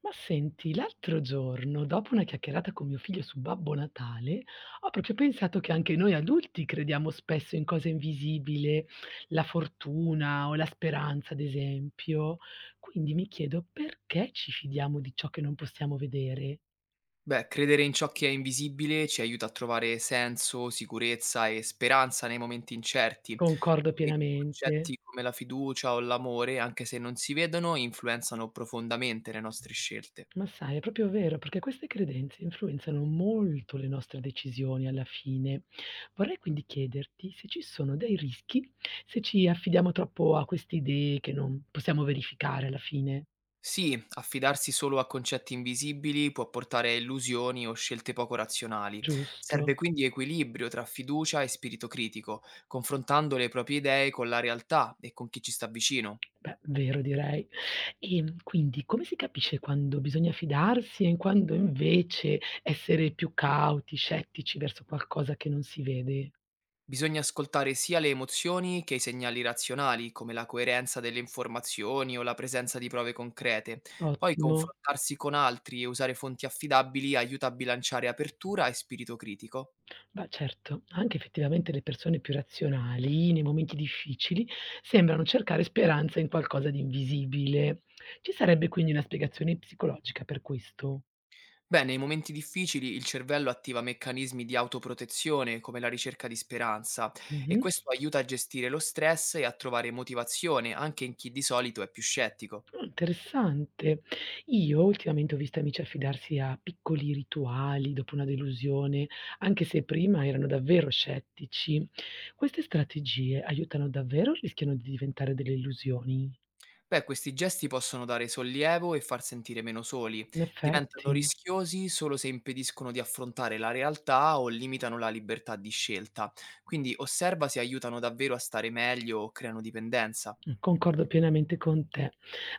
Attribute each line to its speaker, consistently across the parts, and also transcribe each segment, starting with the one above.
Speaker 1: Ma senti, l'altro giorno, dopo una chiacchierata con mio figlio su Babbo Natale, ho proprio pensato che anche noi adulti crediamo spesso in cose invisibili, la fortuna o la speranza, ad esempio. Quindi mi chiedo perché ci fidiamo di ciò che non possiamo vedere.
Speaker 2: Beh, credere in ciò che è invisibile ci aiuta a trovare senso, sicurezza e speranza nei momenti incerti.
Speaker 1: Concordo
Speaker 2: Poi
Speaker 1: pienamente.
Speaker 2: concetti come la fiducia o l'amore, anche se non si vedono, influenzano profondamente le nostre scelte.
Speaker 1: Ma sai, è proprio vero, perché queste credenze influenzano molto le nostre decisioni alla fine. Vorrei quindi chiederti se ci sono dei rischi se ci affidiamo troppo a queste idee che non possiamo verificare alla fine,
Speaker 2: Sì, affidarsi solo a concetti invisibili può portare a illusioni o scelte poco razionali.
Speaker 1: giusto?
Speaker 2: Serve quindi equilibrio tra fiducia e spirito critico, confrontando le proprie idee con la realtà e con chi ci sta vicino.
Speaker 1: Beh, vero direi. E quindi come si capisce quando bisogna fidarsi e quando invece essere più cauti, scettici verso qualcosa che non si vede?
Speaker 2: Bisogna ascoltare sia le emozioni che i segnali razionali, come la coerenza delle informazioni o la presenza di prove concrete. Poi
Speaker 1: Ottimo.
Speaker 2: confrontarsi con altri e usare fonti affidabili aiuta a bilanciare apertura e spirito critico.
Speaker 1: Beh certo, anche effettivamente le persone più razionali, nei momenti difficili, sembrano cercare speranza in qualcosa di invisibile. Ci sarebbe quindi una spiegazione psicologica per questo?
Speaker 2: Beh, nei momenti difficili il cervello attiva meccanismi di autoprotezione, come la ricerca di speranza, e
Speaker 1: Mh-mh.
Speaker 2: questo aiuta a gestire lo stress e a trovare motivazione anche in chi di solito è più scettico.
Speaker 1: Ah, interessante. Io ultimamente ho visto amici affidarsi a piccoli rituali dopo una delusione, anche se prima erano davvero scettici. Queste strategie aiutano davvero o rischiano di diventare delle illusioni?
Speaker 2: Beh, questi gesti possono dare sollievo e far sentire meno soli.
Speaker 1: In
Speaker 2: Diventano
Speaker 1: effetti.
Speaker 2: rischiosi solo se impediscono di affrontare la realtà o limitano la libertà di scelta. Quindi osserva se aiutano davvero a stare meglio o creano dipendenza.
Speaker 1: Concordo pienamente con te.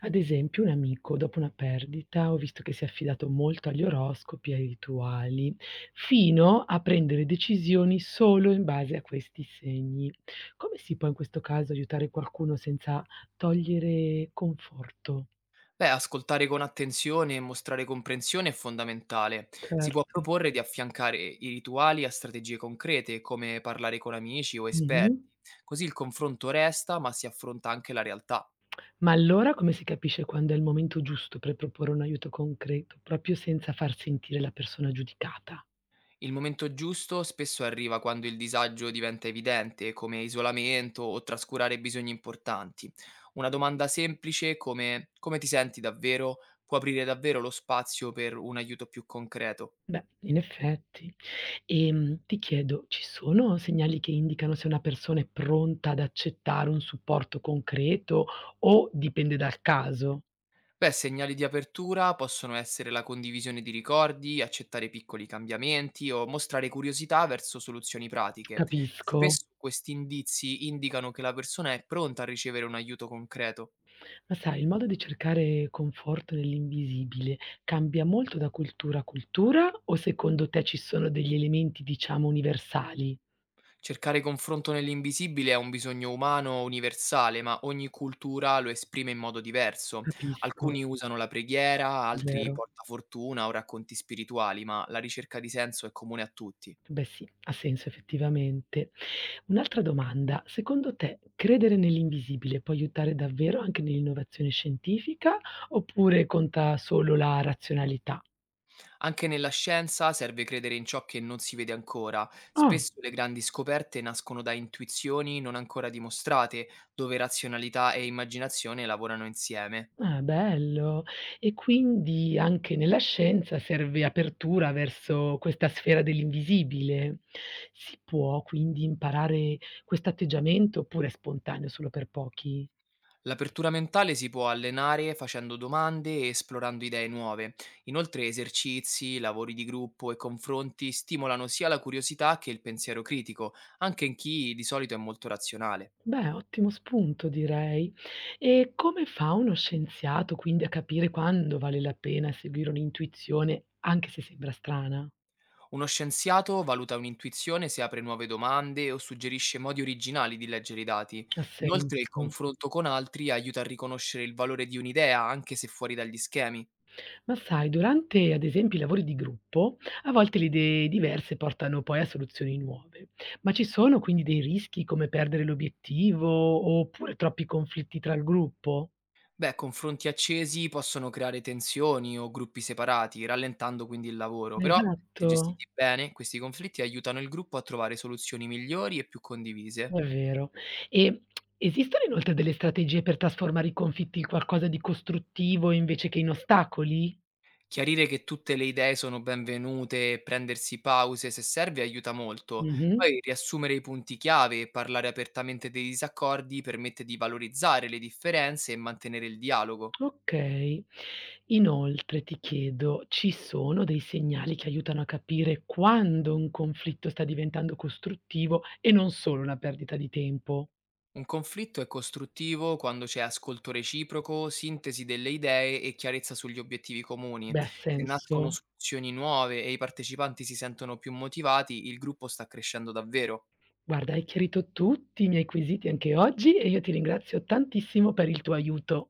Speaker 1: Ad esempio, un amico dopo una perdita ho visto che si è affidato molto agli oroscopi e ai rituali, fino a prendere decisioni solo in base a questi segni. Come si può in questo caso aiutare qualcuno senza togliere conforto?
Speaker 2: Beh, ascoltare con attenzione e mostrare comprensione è fondamentale. Si può
Speaker 1: Certo.
Speaker 2: proporre di affiancare i rituali a strategie concrete, come parlare con amici o esperti.
Speaker 1: Mh-mh.
Speaker 2: Così il confronto resta, ma si affronta anche la realtà.
Speaker 1: Ma allora come si capisce quando è il momento giusto per proporre un aiuto concreto, proprio senza far sentire la persona giudicata?
Speaker 2: Il momento giusto spesso arriva quando il disagio diventa evidente, come isolamento o trascurare bisogni importanti. Una domanda semplice come "come ti senti davvero" può aprire davvero lo spazio per un aiuto più concreto.
Speaker 1: Beh, in effetti. Ti chiedo, ci sono segnali che indicano se una persona è pronta ad accettare un supporto concreto o dipende dal caso?
Speaker 2: Beh, segnali di apertura possono essere la condivisione di ricordi, accettare piccoli cambiamenti o mostrare curiosità verso soluzioni pratiche.
Speaker 1: Capisco.
Speaker 2: Spesso questi indizi indicano che la persona è pronta a ricevere un aiuto concreto.
Speaker 1: Ma sai, il modo di cercare conforto nell'invisibile cambia molto da cultura a cultura o secondo te ci sono degli elementi, diciamo, universali?
Speaker 2: Cercare confronto nell'invisibile è un bisogno umano universale, ma ogni cultura lo esprime in modo diverso.
Speaker 1: Capisco,
Speaker 2: Alcuni usano la preghiera, altri
Speaker 1: vero.
Speaker 2: portafortuna o racconti spirituali, ma la ricerca di senso è comune a tutti.
Speaker 1: Beh sì, ha senso effettivamente. Un'altra domanda, secondo te credere nell'invisibile può aiutare davvero anche nell'innovazione scientifica oppure conta solo la razionalità?
Speaker 2: Anche nella scienza serve credere in ciò che non si vede ancora.
Speaker 1: Ah,
Speaker 2: Spesso le grandi scoperte nascono da intuizioni non ancora dimostrate, dove razionalità e immaginazione lavorano insieme.
Speaker 1: ah, bello. E quindi anche nella scienza serve apertura verso questa sfera dell'invisibile. Si può quindi imparare questo atteggiamento oppure è spontaneo solo per pochi?
Speaker 2: L'apertura mentale si può allenare facendo domande e esplorando idee nuove. Inoltre esercizi, lavori di gruppo e confronti stimolano sia la curiosità che il pensiero critico, anche in chi di solito è molto razionale.
Speaker 1: Beh, ottimo spunto direi. E come fa uno scienziato quindi a capire quando vale la pena seguire un'intuizione, anche se sembra strana?
Speaker 2: Uno scienziato valuta un'intuizione se apre nuove domande o suggerisce modi originali di leggere i dati.
Speaker 1: Ha
Speaker 2: Inoltre il
Speaker 1: senso.
Speaker 2: confronto con altri aiuta a riconoscere il valore di un'idea anche se fuori dagli schemi.
Speaker 1: Ma sai, durante ad esempio i lavori di gruppo, a volte le idee diverse portano poi a soluzioni nuove. Ma ci sono quindi dei rischi come perdere l'obiettivo oppure troppi conflitti tra il gruppo?
Speaker 2: Beh, confronti accesi possono creare tensioni o gruppi separati, rallentando quindi il lavoro, però se
Speaker 1: Esatto.
Speaker 2: gestiti bene, questi conflitti aiutano il gruppo a trovare soluzioni migliori e più
Speaker 1: È
Speaker 2: condivise.
Speaker 1: vero. E esistono inoltre delle strategie per trasformare i conflitti in qualcosa di costruttivo invece che in ostacoli?
Speaker 2: Chiarire che tutte le idee sono benvenute e prendersi pause se serve aiuta molto.
Speaker 1: Mh-mh.
Speaker 2: Poi riassumere i punti chiave e parlare apertamente dei disaccordi permette di valorizzare le differenze e mantenere il dialogo.
Speaker 1: Okay. Inoltre ti chiedo, ci sono dei segnali che aiutano a capire quando un conflitto sta diventando costruttivo e non solo una perdita di tempo?
Speaker 2: Un conflitto è costruttivo quando c'è ascolto reciproco, sintesi delle idee e chiarezza sugli obiettivi comuni.
Speaker 1: Beh, ha
Speaker 2: Se nascono
Speaker 1: senso.
Speaker 2: soluzioni nuove e i partecipanti si sentono più motivati, il gruppo sta crescendo davvero.
Speaker 1: Guarda, hai chiarito tutti i miei quesiti anche oggi e io ti ringrazio tantissimo per il tuo aiuto.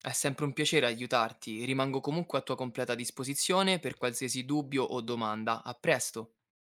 Speaker 2: È sempre un piacere aiutarti, rimango comunque a tua completa disposizione per qualsiasi dubbio o domanda. A presto!